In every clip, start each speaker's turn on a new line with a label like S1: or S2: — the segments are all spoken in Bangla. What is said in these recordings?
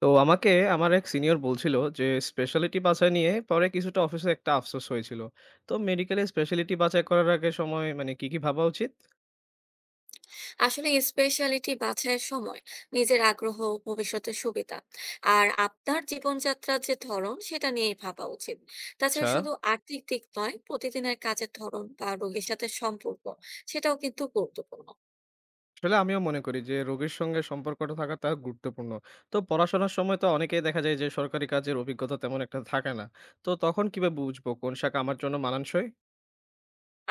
S1: তো আমাকে আমার এক সিনিয়র বলছিল যে স্পেশালিটি বাছাই নিয়ে পরে কিছুটা অফিসে একটা আফসোস হয়েছিল। তো মেডিকেলে স্পেশালিটি বাছাই করার আগে সময় মানে কি কি ভাবা উচিত?
S2: আসলে স্পেশালিটি বাছাইয়ের সময় নিজের আগ্রহ, ভবিষ্যতের সুবিধা আর আপনার জীবনযাত্রার যে ধরন, সেটা নিয়েই ভাবা উচিত।
S1: আচ্ছা,
S2: তাছাড়া শুধু আর্থিক দিক নয়, প্রতিদিনের কাজের ধরন বা রোগীর সাথে সম্পর্ক, সেটাও কিন্তু গুরুত্বপূর্ণ।
S1: আসলে আমিও মনে করি যে রোগীর সঙ্গে সম্পর্কটা থাকাটা গুরুত্বপূর্ণ। তো পড়াশোনার সময় তো অনেকেই দেখা যায় যে সরকারি কাজের অভিজ্ঞতা তেমন একটা থাকে না। তো তখন কিভাবে বুঝবো কোন শাখা আমার জন্য মানানসই?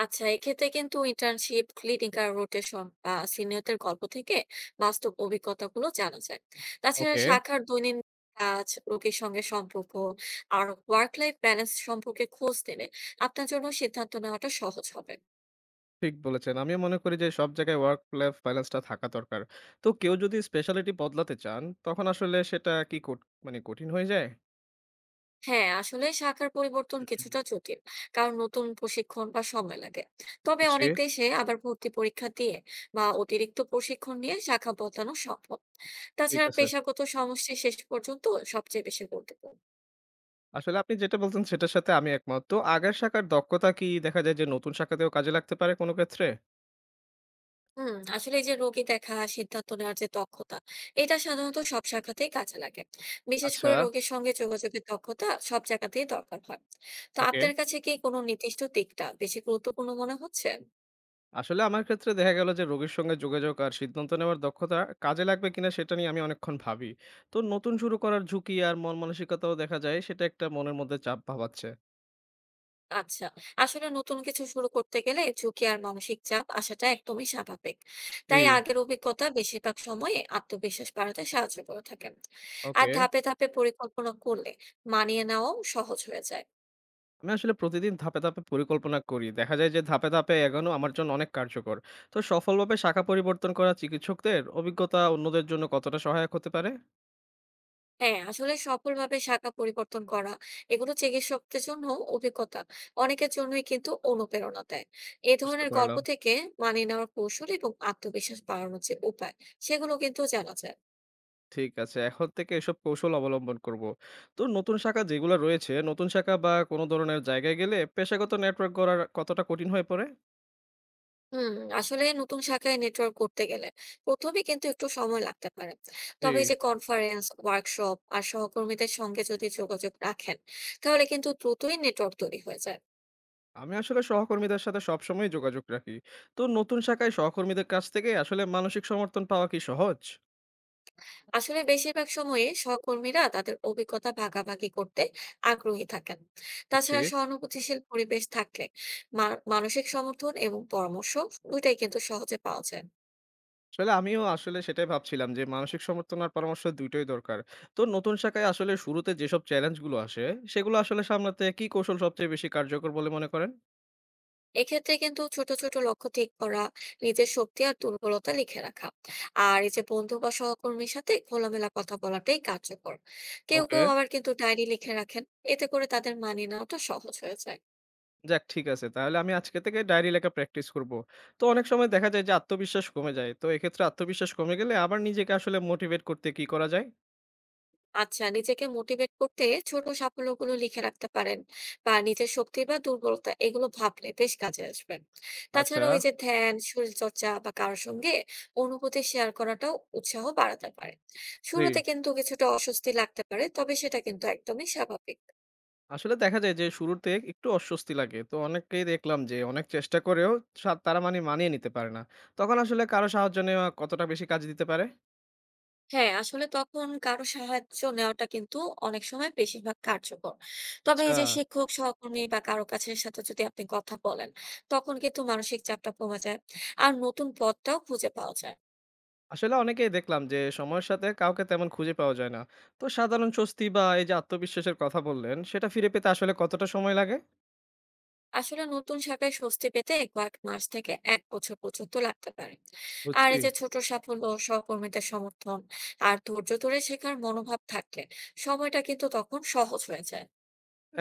S2: আচ্ছা, এক্ষেত্রে কিন্তু ইন্টার্নশিপ, ক্লিনিক্যাল রোটেশন বা সিনিয়রদের গল্প থেকে বাস্তব অভিজ্ঞতাগুলো জানা যায়। তাছাড়া
S1: ওকে।
S2: শাখার দৈনন্দিন কাজ, রোগীর সঙ্গে সম্পর্ক আর ওয়ার্ক লাইফ ব্যালেন্স সম্পর্কে খোঁজ নিলে আপনার জন্য সিদ্ধান্ত নেওয়াটা সহজ হবে।
S1: ঠিক বলেছেন, আমিও মনে করি যে সব জায়গায় ওয়ার্ক লাইফ ব্যালেন্সটা থাকা দরকার। তো কেউ যদি স্পেশালিটি বদলাতে চান তখন আসলে সেটা কি কঠ- মানে কঠিন হয়ে যায়?
S2: হ্যাঁ, আসলে শাখার পরিবর্তন কিছুটা জটিল, কারণ নতুন প্রশিক্ষণ বা সময় লাগে। তবে
S1: বুঝছি।
S2: অনেক দেশে আবার ভর্তি পরীক্ষা দিয়ে বা অতিরিক্ত প্রশিক্ষণ নিয়ে শাখা বদলানো সম্ভব।
S1: ঠিক
S2: তাছাড়া
S1: আছে।
S2: পেশাগত সমস্যা শেষ পর্যন্ত সবচেয়ে বেশি গুরুত্বপূর্ণ।
S1: আসলে আপনি যেটা বলছেন সেটার সাথে আমি একমত। তো আগের শাখার দক্ষতা কি দেখা যায় যে নতুন শাখাতেও কাজে লাগতে পারে কোনো ক্ষেত্রে?
S2: হুম, আসলে এই যে রোগী দেখা, সিদ্ধান্ত নেওয়ার যে দক্ষতা, এটা সাধারণত সব শাখাতেই কাজে লাগে। বিশেষ
S1: আচ্ছা,
S2: করে রোগীর সঙ্গে যোগাযোগের দক্ষতা সব জায়গাতেই দরকার হয়। তো
S1: ওকে।
S2: আপনার কাছে কি কোনো নির্দিষ্ট দিকটা বেশি গুরুত্বপূর্ণ মনে হচ্ছে?
S1: আসলে আমার ক্ষেত্রে দেখা গেল যে রোগীর সঙ্গে যোগাযোগ আর সিদ্ধান্ত নেওয়ার দক্ষতা কাজে লাগবে কিনা সেটা নিয়ে আমি অনেকক্ষণ ভাবি। তো নতুন শুরু করার ঝুঁকি আর মন মানসিকতাও দেখা যায় সেটা একটা মনের মধ্যে চাপ ভাবাচ্ছে।
S2: আচ্ছা, আসলে নতুন কিছু শুরু করতে গেলে ঝুঁকি আর মানসিক চাপ আসাটা একদমই স্বাভাবিক।
S1: জি,
S2: তাই আগের অভিজ্ঞতা বেশিরভাগ সময়ে আত্মবিশ্বাস বাড়াতে সাহায্য করে থাকে। আর
S1: ওকে।
S2: ধাপে ধাপে পরিকল্পনা করলে মানিয়ে নেওয়াও সহজ হয়ে যায়।
S1: আমি আসলে প্রতিদিন ধাপে ধাপে পরিকল্পনা করি। দেখা যায় যে ধাপে ধাপে এগোনো আমার জন্য অনেক কার্যকর। তো সফলভাবে শাখা পরিবর্তন করা চিকিৎসকদের অভিজ্ঞতা অন্যদের জন্য কতটা সহায়ক হতে পারে?
S2: হ্যাঁ, আসলে সফলভাবে শাখা পরিবর্তন করা, এগুলো চিকিৎসকদের জন্য অভিজ্ঞতা, অনেকের জন্যই কিন্তু অনুপ্রেরণা দেয়। এই
S1: বুঝতে
S2: ধরনের গল্প
S1: পারলাম।
S2: থেকে মানিয়ে নেওয়ার কৌশল এবং আত্মবিশ্বাস বাড়ানোর যে উপায়, সেগুলো কিন্তু জানা যায়।
S1: ঠিক আছে। এখন থেকে এসব কৌশল অবলম্বন করব। তো নতুন শাখা যেগুলা রয়েছে, নতুন শাখা বা কোনো ধরনের জায়গায় গেলে পেশাগত নেটওয়ার্ক গড়া কতটা কঠিন হয়ে পড়ে?
S2: হুম, আসলে নতুন শাখায় নেটওয়ার্ক করতে গেলে প্রথমে কিন্তু একটু সময় লাগতে পারে।
S1: জি।
S2: তবে এই যে কনফারেন্স, ওয়ার্কশপ আর সহকর্মীদের সঙ্গে যদি যোগাযোগ রাখেন, তাহলে কিন্তু দ্রুতই নেটওয়ার্ক তৈরি হয়ে যায়।
S1: আমি আসলে সহকর্মীদের সাথে সবসময়ই যোগাযোগ রাখি। তো নতুন শাখায় সহকর্মীদের কাছ থেকে আসলে মানসিক সমর্থন পাওয়া কি সহজ?
S2: আসলে বেশিরভাগ সময়ে সহকর্মীরা তাদের অভিজ্ঞতা ভাগাভাগি করতে আগ্রহী থাকেন।
S1: বুঝছি।
S2: তাছাড়া সহানুভূতিশীল পরিবেশ থাকলে মানসিক সমর্থন এবং পরামর্শ দুইটাই কিন্তু সহজে পাওয়া যায়।
S1: আসলে আমিও সেটাই ভাবছিলাম যে মানসিক সমর্থন আর পরামর্শ দুইটাই দরকার। তো নতুন শাখায় আসলে শুরুতে যেসব চ্যালেঞ্জগুলো আসে, সেগুলো আসলে সামলাতে কি কৌশল সবচেয়ে বেশি কার্যকর বলে মনে করেন?
S2: এক্ষেত্রে কিন্তু ছোট ছোট লক্ষ্য ঠিক করা, নিজের শক্তি আর দুর্বলতা লিখে রাখা আর এই যে বন্ধু বা সহকর্মীর সাথে খোলামেলা কথা বলাটাই কার্যকর। কেউ
S1: ওকে।
S2: কেউ আবার কিন্তু ডায়েরি লিখে রাখেন, এতে করে তাদের মানিয়ে নেওয়াটা সহজ হয়ে যায়।
S1: যাক ঠিক আছে। তাহলে আমি আজকে থেকে ডায়েরি লেখা প্র্যাকটিস করব। তো অনেক সময় দেখা যায় যে আত্মবিশ্বাস কমে যায়। তো এক্ষেত্রে আত্মবিশ্বাস কমে গেলে আবার নিজেকে আসলে মোটিভেট করতে কি করা যায়?
S2: আচ্ছা, নিজেকে মোটিভেট করতে ছোট সাফল্যগুলো লিখে রাখতে পারেন, বা নিজের শক্তি বা দুর্বলতা এগুলো ভাবলে বেশ কাজে আসবেন।
S1: আচ্ছা।
S2: তাছাড়া ওই যে ধ্যান, শরীর চর্চা বা কারোর সঙ্গে অনুভূতি শেয়ার করাটাও উৎসাহ বাড়াতে পারে।
S1: জি।
S2: শুরুতে কিন্তু কিছুটা অস্বস্তি লাগতে পারে, তবে সেটা কিন্তু একদমই স্বাভাবিক।
S1: আসলে দেখা যায় যে শুরুতে একটু অস্বস্তি লাগে। তো অনেককেই দেখলাম যে অনেক চেষ্টা করেও তারা মানিয়ে নিতে পারে না। তখন আসলে কারো সাহায্য নেওয়া কতটা বেশি কাজে দিতে পারে?
S2: হ্যাঁ, আসলে তখন কারো সাহায্য নেওয়াটা কিন্তু অনেক সময় বেশিরভাগ কার্যকর। তবে
S1: আচ্ছা।
S2: এই যে শিক্ষক, সহকর্মী বা কারো কাছে সাথে যদি আপনি কথা বলেন, তখন কিন্তু মানসিক চাপটা কমে যায়। আর নতুন পথটাও খুঁজে পাওয়া যায়।
S1: আসলে অনেকেই দেখলাম যে সময়ের সাথে কাউকে তেমন খুঁজে পাওয়া যায় না। তো সাধারণ স্বস্তি বা এই যে আত্মবিশ্বাসের কথা বললেন, সেটা ফিরে পেতে আসলে কতটা সময় লাগে?
S2: আসলে নতুন শাখায় স্বস্তি পেতে কয়েক মাস থেকে ১ বছর পর্যন্ত লাগতে পারে। আর
S1: বুঝছি।
S2: এই যে ছোট সাফল্য, সহকর্মীদের সমর্থন আর ধৈর্য ধরে শেখার মনোভাব থাকলে সময়টা কিন্তু তখন সহজ হয়ে যায়।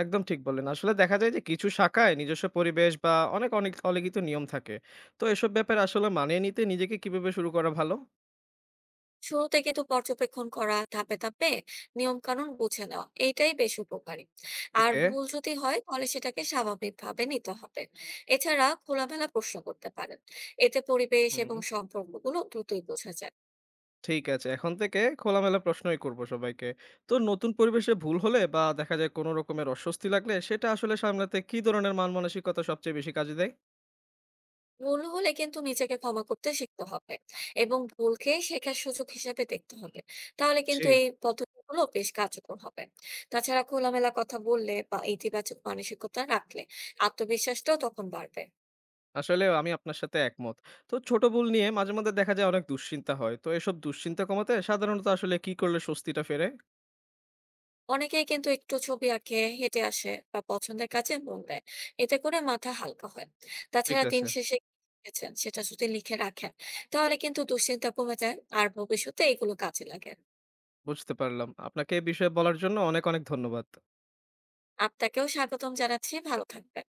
S1: একদম ঠিক বললেন। আসলে দেখা যায় যে কিছু শাখায় নিজস্ব পরিবেশ বা অনেক অনেক অলিখিত নিয়ম থাকে। তো এসব ব্যাপারে আসলে মানিয়ে নিতে নিজেকে কিভাবে শুরু করা ভালো?
S2: শুরুতে কিন্তু পর্যবেক্ষণ করা, ধাপে ধাপে নিয়ম কানুন বুঝে নেওয়া এইটাই বেশ উপকারী। আর
S1: ওকে।
S2: ভুল যদি হয় তাহলে সেটাকে স্বাভাবিকভাবে নিতে হবে। এছাড়া খোলামেলা প্রশ্ন করতে পারেন, এতে পরিবেশ
S1: হুম।
S2: এবং সম্পর্কগুলো দ্রুতই বোঝা যায়।
S1: ঠিক আছে। এখন থেকে খোলামেলা প্রশ্নই করব সবাইকে। তো নতুন পরিবেশে ভুল হলে বা দেখা যায় কোন রকমের অস্বস্তি লাগলে সেটা আসলে সামলাতে কি ধরনের মান-মানসিকতা সবচেয়ে বেশি কাজে দেয়?
S2: ভুল হলে কিন্তু নিজেকে ক্ষমা করতে শিখতে হবে এবং ভুলকে শেখার সুযোগ হিসেবে দেখতে হবে। তাহলে
S1: জি,
S2: কিন্তু এই পদ্ধতিগুলো বেশ কার্যকর হবে। তাছাড়া খোলামেলা কথা বললে বা ইতিবাচক মানসিকতা রাখলে আত্মবিশ্বাসটাও তখন বাড়বে।
S1: আসলেও আমি আপনার সাথে একমত। তো ছোট ভুল নিয়ে মাঝে মধ্যে দেখা যায় অনেক দুশ্চিন্তা হয়। তো এসব দুশ্চিন্তা কমাতে সাধারণত আসলে কি করলে স্বস্তিটা ফেরে?
S2: অনেকেই কিন্তু একটু ছবি আঁকে, হেঁটে আসে বা পছন্দের কাজে মন দেয়, এতে করে মাথা হালকা হয়।
S1: ঠিক
S2: তাছাড়া দিন
S1: আছে,
S2: শেষে কি শিখেছেন সেটা যদি লিখে রাখেন তাহলে কিন্তু দুশ্চিন্তা কমে যায় আর ভবিষ্যতে এগুলো কাজে লাগে।
S1: বুঝতে পারলাম। আপনাকে এই বিষয়ে বলার জন্য অনেক ধন্যবাদ।
S2: আপনাকেও স্বাগতম জানাচ্ছি, ভালো থাকবেন।